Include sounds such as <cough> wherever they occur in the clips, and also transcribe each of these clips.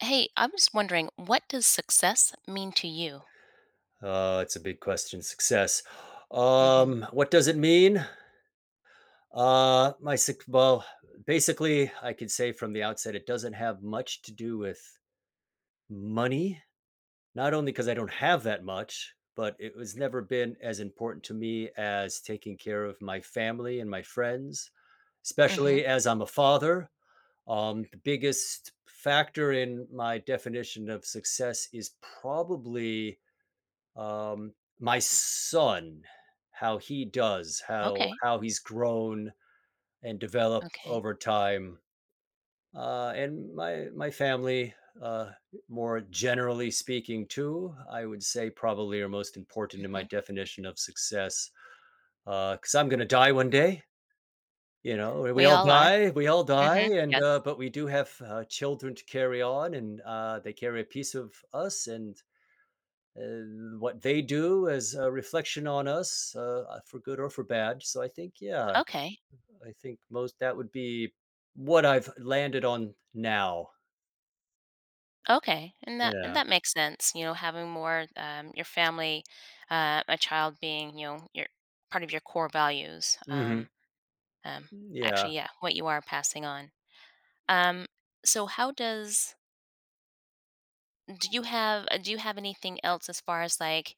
Hey, I'm just wondering, what does success mean to you? It's a big question. Success. Mhm. What does it mean? My six. Well, basically, I could say from the outset, it doesn't have much to do with money. Not only because I don't have that much, but it was never been as important to me as taking care of my family and my friends, Mhm. especially as I'm a father. The biggest factor in my definition of success is probably Um, my son, how Okay. he's grown and developed Okay. over time, and my family, uh, more generally speaking, too. I would say probably are most important in my Mhm. definition of success, because I'm gonna die one day. You know, We all are. We all Mhm. die, and Yes. But we do have children to carry on, and they carry a piece of us, and what they do is a reflection on us for good or for bad. So I think, yeah, Okay. I think most that would be what I've landed on now. Okay. And that and Yeah. that makes sense, having more your family, a child being, your part of your core values. Hmm. Um Yeah. Actually, yeah, what you are passing on. Um so how does do you have anything else as far as like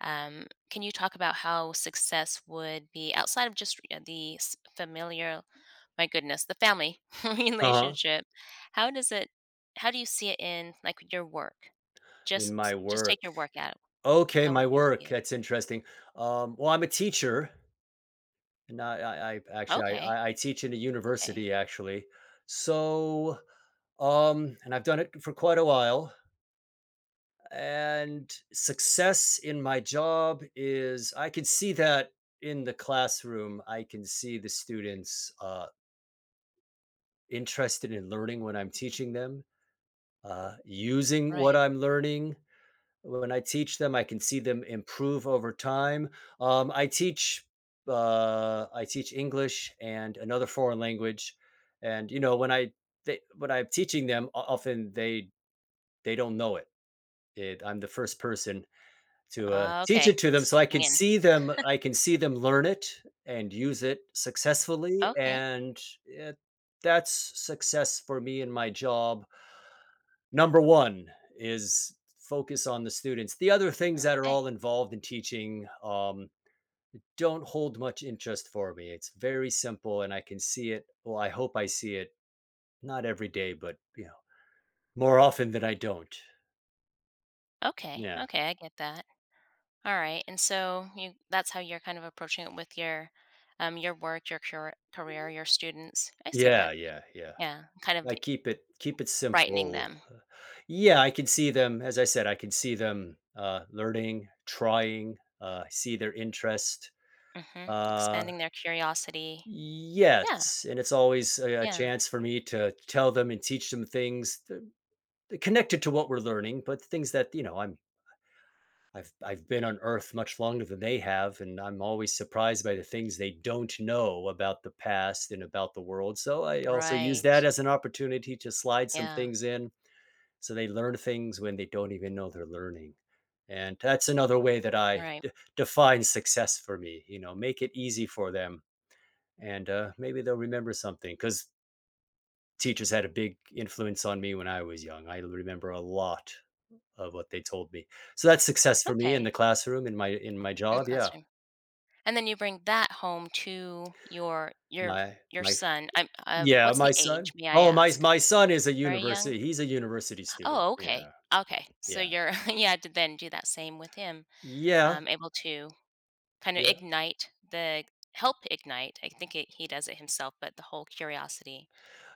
Um, can you talk about how success would be outside of just the familiar, my goodness, the family <laughs> Uh huh. relationship? How does it, how do you see it in like your work? In my Just take work. your work out and Okay, how my would you see work. it? That's interesting. Well, I'm a teacher, and I, I, I actually I, Okay. I I teach in a Okay. university actually. So, and I've done it for quite a while. And success in my job is I can see that in the classroom. I can see the students interested in learning when I'm teaching them, using what Right. I'm learning when I teach them. I can see them improve over time. um, i teach I teach English and another foreign language, and you know when when I'm teaching them often they don't know it, I'm the first person to, teach Okay. it to them, so Sneaking in. I can see them learn it and use it successfully, Okay. and, eh, that's success for me in my job. Number 1 is focus on the students. The other things that are Okay. all involved in teaching, don't hold much interest for me. It's very simple, and I can see it well, I hope I see it not every day, but, you know, more often than I don't. Okay. Yeah. Okay. I get that. All right. And that's how you're kind of approaching it with your work, your career, your students. I see Yeah, that. yeah, yeah. Yeah, kind of I keep it Keep it brightening simple. them. Yeah, I can see them, learning, trying, see their interest. Mhm. Uh, Expanding their curiosity. Yeah, yes, and it's always a yeah. chance for me to tell them and teach them things th connected to what we're learning, but things that, you know, I've been on Earth much longer than they have, and I'm always surprised by the things they don't know about the past and about the world, so I also use Right. that as an opportunity to slide some Yeah, things in. So they learn things when they don't even know they're learning. And that's another way right. Define success for me, you know, make it easy for them. And maybe they'll remember something because teachers had a big influence on me when I was young. I remember a lot of what they told me. So that's success for me in Okay, the classroom, in my in the job. Yeah, classroom. And then you bring that home to my your my son. I'm yeah, what's my the age, son. may I Oh, my ask? my son is a Very university. young? He's a university student. Oh, okay. Yeah, Okay. So yeah, you're <laughs> yeah to then do that same with him, yeah, able to kind of yeah. ignite the help ignite. I think it, he does it himself, but the whole curiosity.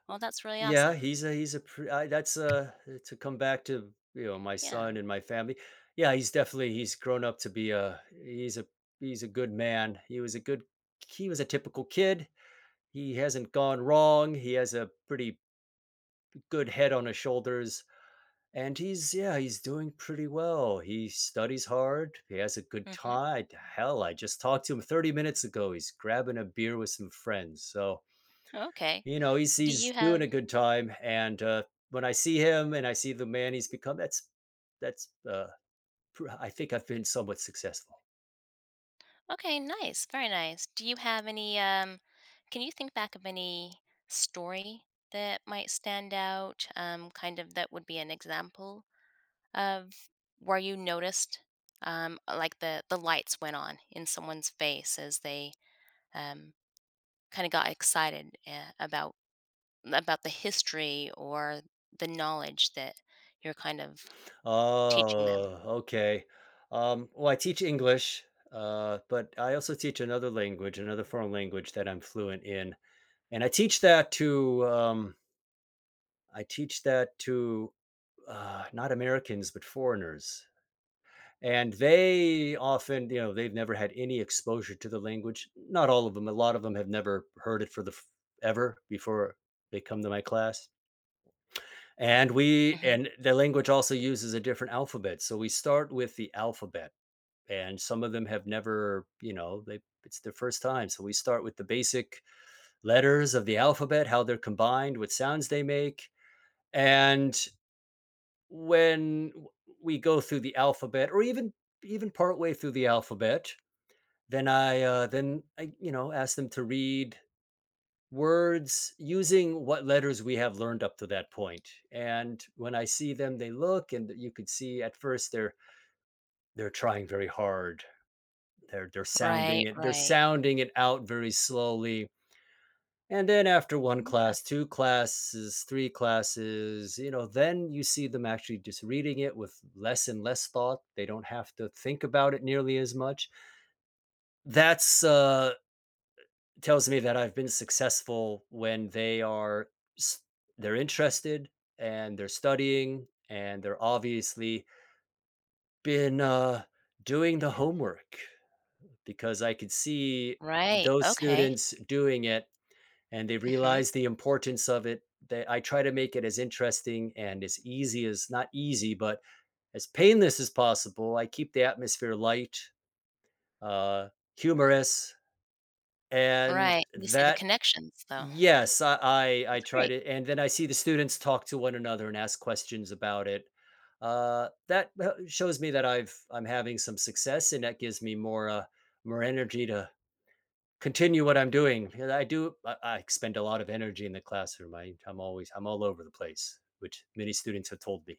Well, that's really awesome. He's a pr I that's, to come back to, you know, my Yeah. son and my family. Yeah, he's definitely he's grown up to be a he's a he's a good man. He was a good, he was a typical kid. He hasn't gone wrong. He has a pretty good head on his shoulders, and he's yeah, he's doing pretty well. He studies hard. He has a good Mhm. time. Hell, I just talked to him 30 minutes ago. He's grabbing a beer with some friends, so Okay. you know, he's Do you he's doing have a good time, and, when I see him and I see the man he's become, that's, pr I think I've been somewhat successful. okay, nice. Very nice. Do you have any can you think back of any story that might stand out kind of that would be an example of where you noticed like the lights went on in someone's face as they um kind of got excited about the history or the knowledge that you're kind of teaching them. Oh, okay. Well, I teach English, but I also teach another language, another foreign language that I'm fluent in, and I teach that to, not Americans, but foreigners. And they often, you know, they've never had any exposure to the language. Not all of them, a lot of them have never heard it ever before they come to my class. And we hmm and the language also uses a different alphabet, so we start with the alphabet, and some of them have never, you know, they it's their first time, so we start with the basic letters of the alphabet, how they're combined, what sounds they make. And when w- we go through the alphabet, or even even partway through the alphabet, then I, then I, you know, ask them to read words using what letters we have learned up to that point. And when I see them, they look, and you could see at first they're, trying very hard. They're sounding Right, it. They're right. sounding it out very slowly. And then after one class, two classes, three classes, you know, then you see them actually just reading it with less and less thought. They don't have to think about it nearly as much. That's tells me that I've been successful when s- they're interested and they're studying and they're obviously been doing the homework, because I could see Right. those Okay. students doing it and they Mhm. realize the importance of it. I try to make it as interesting and as easy as, not easy, but as painless as possible. I keep the atmosphere light, uh, humorous, and Right, you see the that— connections, though. Yes, I I That's tried great. it, and then I see the students talk to one another and ask questions about it. That shows me that I'm having some success, and that gives me more more energy to continue what I'm doing. 'Cause I do, I expend a lot of energy in the classroom. I I'm always I'm all over the place, which many students have told me.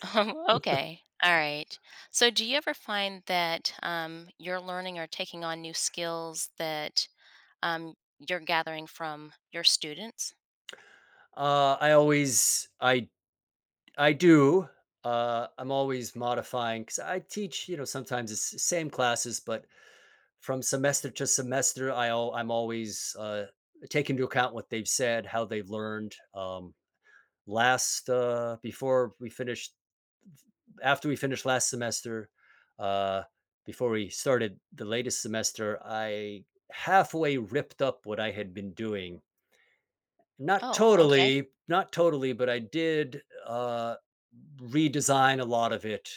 <laughs> Oh, okay. All right. So do you ever find that, you're learning or taking on new skills that, um, you're gathering from your students? Uh, I always I I do. I'm always modifying because I teach. You know, sometimes it's the same classes, but from semester to semester, I'm always, take into account what they've said, how they've learned. Last before we finished, After we finished last semester, uh, before we started the latest semester, I halfway ripped up what I had been doing. Not Oh, okay. totally, not totally, but I did, redesign a lot of it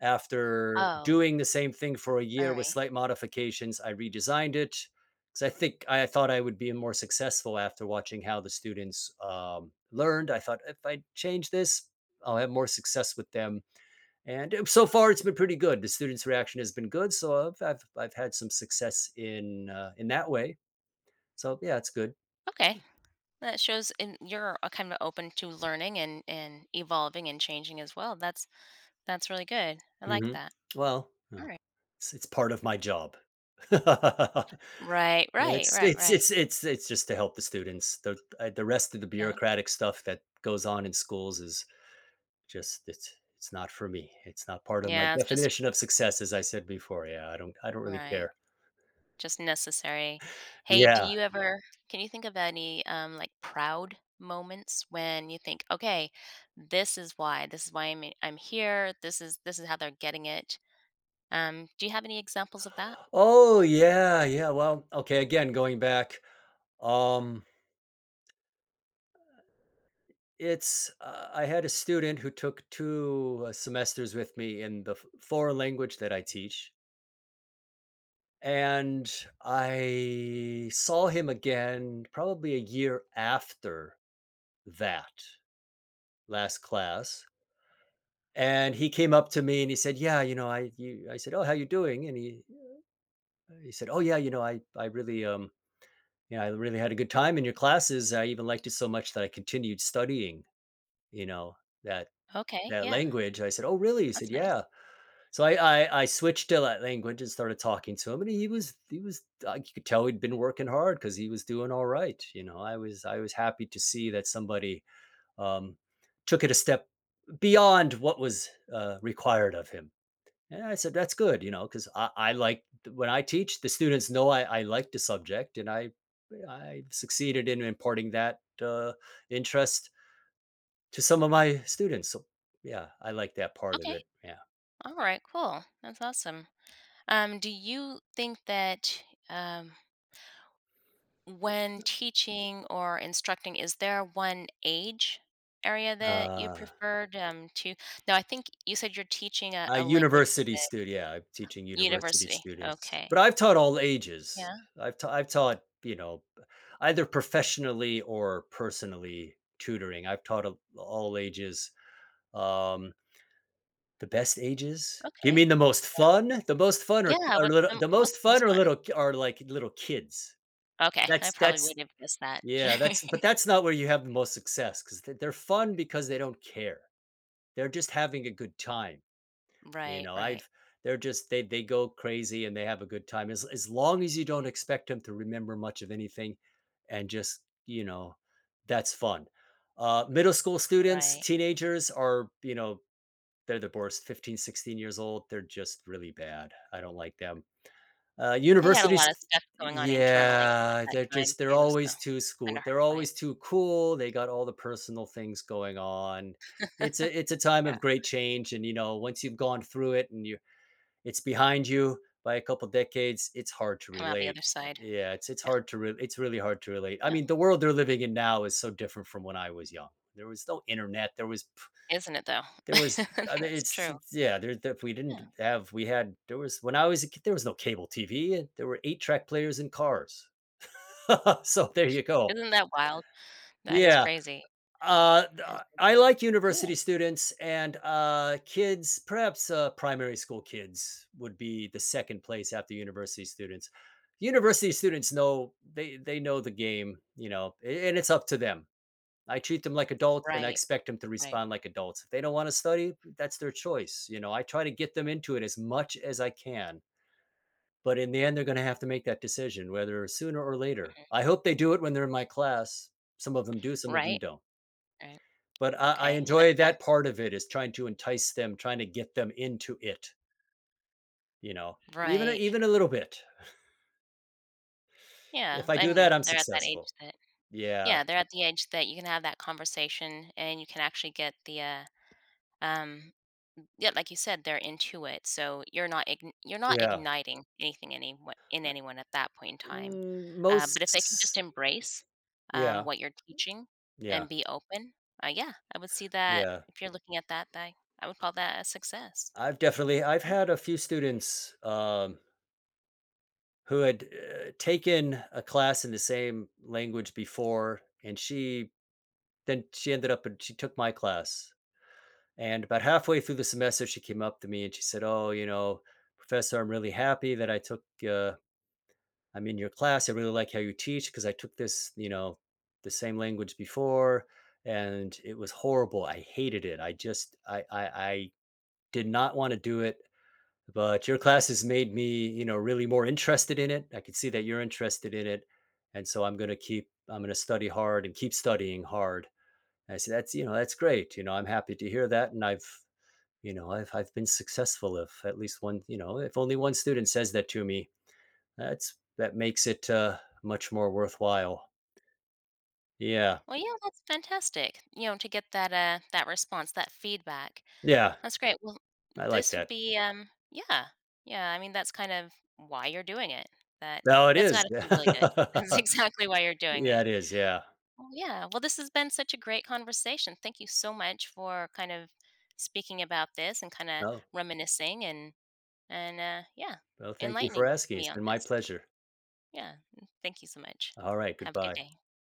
after Oh, doing the same thing for a year with alright. slight modifications. I redesigned it because I thought I would be more successful after watching how the students, learned. I thought, "If I change this, I'll have more success with them," and, so far, it's been pretty good. The students' reaction has been good, so I've had some success in that way. So, yeah, it's good. Okay. That shows in you're, kinda open to learning and evolving and changing as well. That's really good. I like Mhm. that. Well, Alright. it's, part of my job. <laughs> Right, right, right, It's right. it's Right. it's it's it's just to help the students. The rest of the Yeah. bureaucratic stuff that goes on in schools is just, it's not for me. It's not part of my Yeah, it's just definition of success, as I said before. Yeah, I don't really right. care. Just necessary. Hey, do Yeah. you ever can you think of any, like, proud moments when you think, "Okay, this is why. This is why I'm here. This is how they're getting it." Do you have any examples of that? Oh yeah, yeah. Well, okay. Again, going back, um, it's I had a student who took two semesters with me in the foreign language that I teach, and I saw him again probably a year after that last class, and he came up to me and he said, yeah, you know, I said, oh, how you doing? And he said, oh yeah, you know, I really you know, I really had a good time in your classes, I even liked it so much that I continued studying, you know, that Okay, that yeah. language. I said, oh really? He said, That's yeah. nice. so i I switched to that language and started talking to him, and he was, you could tell he'd been working hard because he was doing all right. You know, I was happy to see that somebody, um, took it a step beyond what was, required of him. And I said, that's good, you know, because I like when I teach, the students know I like the subject, and I succeeded in imparting that, interest to some of my students. So yeah, I like that part of Okay. it. Yeah. Alright, cool. That's awesome. Do you think that, um when teaching or instructing, is there one age area that you Uh, preferred, to no, I think you said you're teaching A a language with university the student, yeah, I'm teaching university university. students, Okay. but I've taught all ages. Yeah, I've taught, you know, either professionally or personally tutoring. I've taught a all ages, um, the best ages? You okay. mean the most fun? The most fun or Yeah, are what's little the the most fun most or fun? little ki are like little kids. Okay, I That's probably that's would have guessed that. yeah, that's but <laughs> that's not where you have the most success because they're fun because they don't care. They're just having a good time. You Right, know, right, I've they're just they go crazy and they have a good time as long as you don't expect them to remember much of anything and just, that's fun. Middle school students, right. teenagers are, you know, they're the worst. 15, 16 years old, they're just really bad. I don't like them. They got a Universities, lot of stuff going on internally at yeah, that they're time just they're too, so always too school. kinda hard They're to fight. always too cool. They got all the personal things going on. It's a time Yeah, of great change, and you know once you've gone through it and it's behind you by a couple decades, it's hard to come out the relate. other side. Yeah, it's Yeah, it's really hard to relate. I yeah. mean, the world they're living in now is so different from when I was young. There was no internet. There was p- Isn't it though? there <laughs> was I mean That's true. Yeah, there that we didn't Yeah. have we had there was when I was a kid there was no cable TV. And There were eight track players in cars. <laughs> So there you go. Isn't that wild? That is Yeah. crazy. That is I crazy. like university Yeah. students and kids. Perhaps primary school kids would be the second place after university students. University students know they know the game, you know, and it's up to them. I treat them like adults and I Right, expect them to right. respond like adults. If they don't want to study, that's their choice. You know, I try to get them into it as much as I can. But in the end, they're going to have to make that decision, whether sooner or later. I Mhm. hope they do it when they're in my class. Some of them do, some of them Right, don't. right. But I Okay, and that enjoy that that part of it is trying to entice them, trying to get them into it, you know, even a, right. even a little bit. Yeah, If I do and, you know, that, I'm they're at that age successful. that Yeah, yeah, they're at the age that you can have that conversation and you can actually get the, um yeah, like you said, they're into it, so you're not ign you're not yeah. igniting anything anyone in Uh, anyone at that point in time. But if they can just Most, embrace, yeah, what you're teaching yeah, and be open, yeah, I would see that yeah. if you're looking at that, that I would call that a success. I've had a few students who had taken a class in the same language before, and she then she ended up and she took my class. And about halfway through the semester, she came up to me and she said, "Oh, you know, professor, I'm really happy that I took. I'm in your class. I really like how you teach because I took this, you know, the same language before, and it was horrible. I hated it. I just, I did not want to do it. But your class has made me, you know, really more interested in it. I can see that you're interested in it, and so I'm going to keep. I'm going to study hard and keep studying hard." And I said, "That's, you know, that's great. You know, I'm happy to hear that, and I've." You know, I've been successful if at least one, you know, if only one student says that to me, that makes it much more worthwhile. Yeah. Well, yeah, that's fantastic. You know, to get that that response, that feedback. Yeah. That's great. Well, I like this would that. be yeah. Yeah, I mean that's kind of why you're doing it. That No, it that's got is. to feel really good. <laughs> <laughs> That's exactly why you're doing Yeah, it. it is. Yeah. Well, yeah. Well, this has been such a great conversation. Thank you so much for kind of speaking about this and kind of No. reminiscing and yeah, Well, thank you for enlightening asking. me It's on been my this. pleasure. Yeah. Thank you so much. All right. Have a good Goodbye. day.